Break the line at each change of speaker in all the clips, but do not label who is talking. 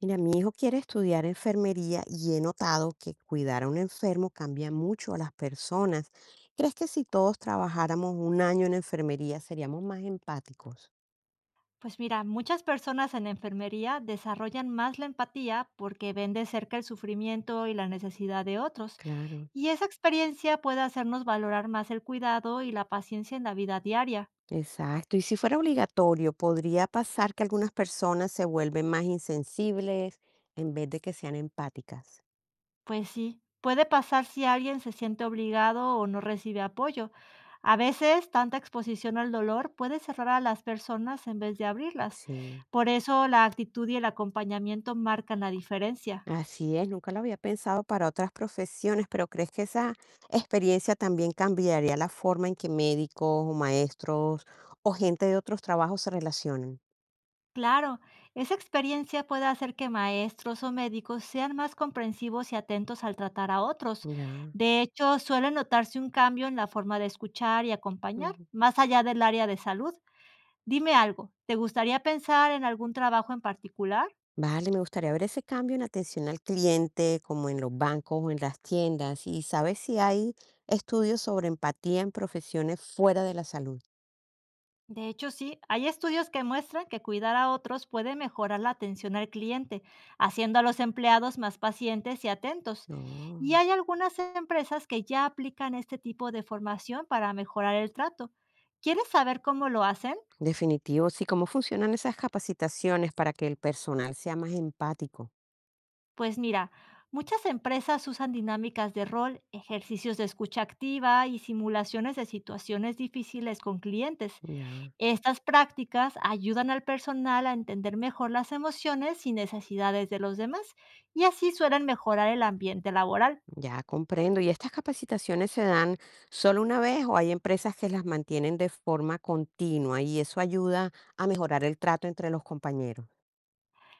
Mira, mi hijo quiere estudiar enfermería y he notado que cuidar a un enfermo cambia mucho a las personas. ¿Crees que si todos trabajáramos un año en enfermería seríamos más empáticos?
Pues mira, muchas personas en la enfermería desarrollan más la empatía porque ven de cerca el sufrimiento y la necesidad de otros,
Claro.
y esa experiencia puede hacernos valorar más el cuidado y la paciencia en la vida diaria.
Exacto. Y si fuera obligatorio, ¿podría pasar que algunas personas se vuelven más insensibles en vez de que sean empáticas?
Pues sí, puede pasar si alguien se siente obligado o no recibe apoyo. A veces, tanta exposición al dolor puede cerrar a las personas en vez de abrirlas.
Sí.
Por eso, la actitud y el acompañamiento marcan la diferencia.
Así es, nunca lo había pensado para otras profesiones, pero ¿crees que esa experiencia también cambiaría la forma en que médicos o maestros o gente de otros trabajos se relacionan?
Claro, esa experiencia puede hacer que maestros o médicos sean más comprensivos y atentos al tratar a otros.
Ya.
De hecho, suele notarse un cambio en la forma de escuchar y acompañar,
Ujú.
más allá del área de salud. Dime algo, ¿te gustaría pensar en algún trabajo en particular?
Vale, me gustaría ver ese cambio en atención al cliente, como en los bancos o en las tiendas. ¿Y sabes si hay estudios sobre empatía en profesiones fuera de la salud?
De hecho, sí, hay estudios que muestran que cuidar a otros puede mejorar la atención al cliente, haciendo a los empleados más pacientes y atentos.
No,
Y hay algunas empresas que ya aplican este tipo de formación para mejorar el trato. ¿Quieres saber cómo lo hacen?
definitivo. Sí, ¿cómo funcionan esas capacitaciones para que el personal sea más empático?
Pues mira, muchas empresas usan dinámicas de rol, ejercicios de escucha activa y simulaciones de situaciones difíciles con clientes.
Ya.
Estas prácticas ayudan al personal a entender mejor las emociones y necesidades de los demás y así suelen mejorar el ambiente laboral.
Ya comprendo. ¿Y estas capacitaciones se dan solo una vez o hay empresas que las mantienen de forma continua y eso ayuda a mejorar el trato entre los compañeros?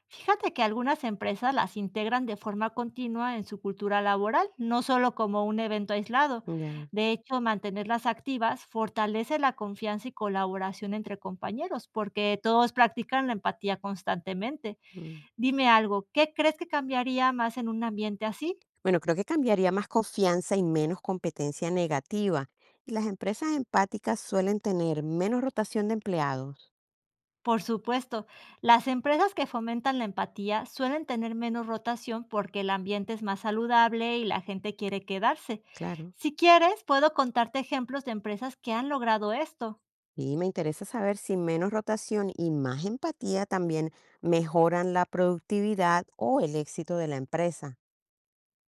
Fíjate que algunas empresas las integran de forma continua en su cultura laboral, no solo como un evento aislado.
Ya.
De hecho, mantenerlas activas fortalece la confianza y colaboración entre compañeros, porque todos practican la empatía constantemente.
Mm.
Dime algo, ¿qué crees que cambiaría más en un ambiente así?
Bueno, creo que cambiaría más confianza y menos competencia negativa. Y las empresas empáticas suelen tener menos rotación de empleados.
Por supuesto, las empresas que fomentan la empatía suelen tener menos rotación porque el ambiente es más saludable y la gente quiere quedarse.
Claro.
Si quieres, puedo contarte ejemplos de empresas que han logrado esto.
Y me interesa saber si menos rotación y más empatía también mejoran la productividad o el éxito de la empresa.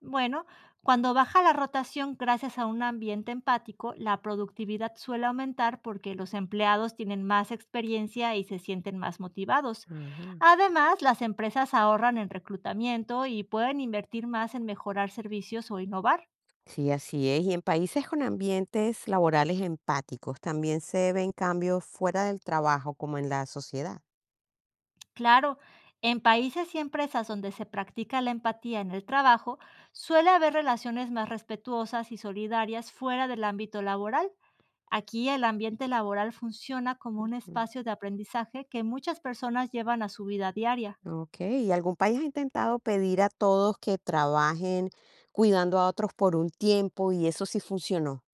Bueno, cuando baja la rotación gracias a un ambiente empático, la productividad suele aumentar porque los empleados tienen más experiencia y se sienten más motivados.
Ajá.
Además, las empresas ahorran en reclutamiento y pueden invertir más en mejorar servicios o innovar.
Sí, así es. Y en países con ambientes laborales empáticos también se ven cambios fuera del trabajo, como en la sociedad.
Claro, en países y empresas donde se practica la empatía en el trabajo, suele haber relaciones más respetuosas y solidarias fuera del ámbito laboral. Aquí el ambiente laboral funciona como un
Mm.
espacio de aprendizaje que muchas personas llevan a su vida diaria.
Ok. ¿Y algún país ha intentado pedir a todos que trabajen cuidando a otros por un tiempo y eso sí funcionó?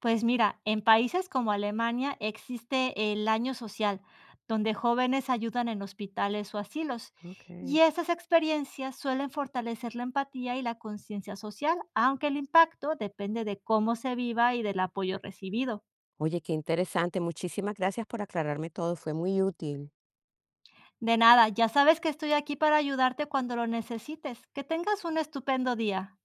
Pues mira, en países como Alemania existe el año social, donde jóvenes ayudan en hospitales o asilos, y
Ok.
esas experiencias suelen fortalecer la empatía y la conciencia social, aunque el impacto depende de cómo se viva y del apoyo recibido.
Oye, qué interesante. Muchísimas gracias por aclararme todo. Fue muy útil.
De nada, ya sabes que estoy aquí para ayudarte cuando lo necesites. Que tengas un estupendo día.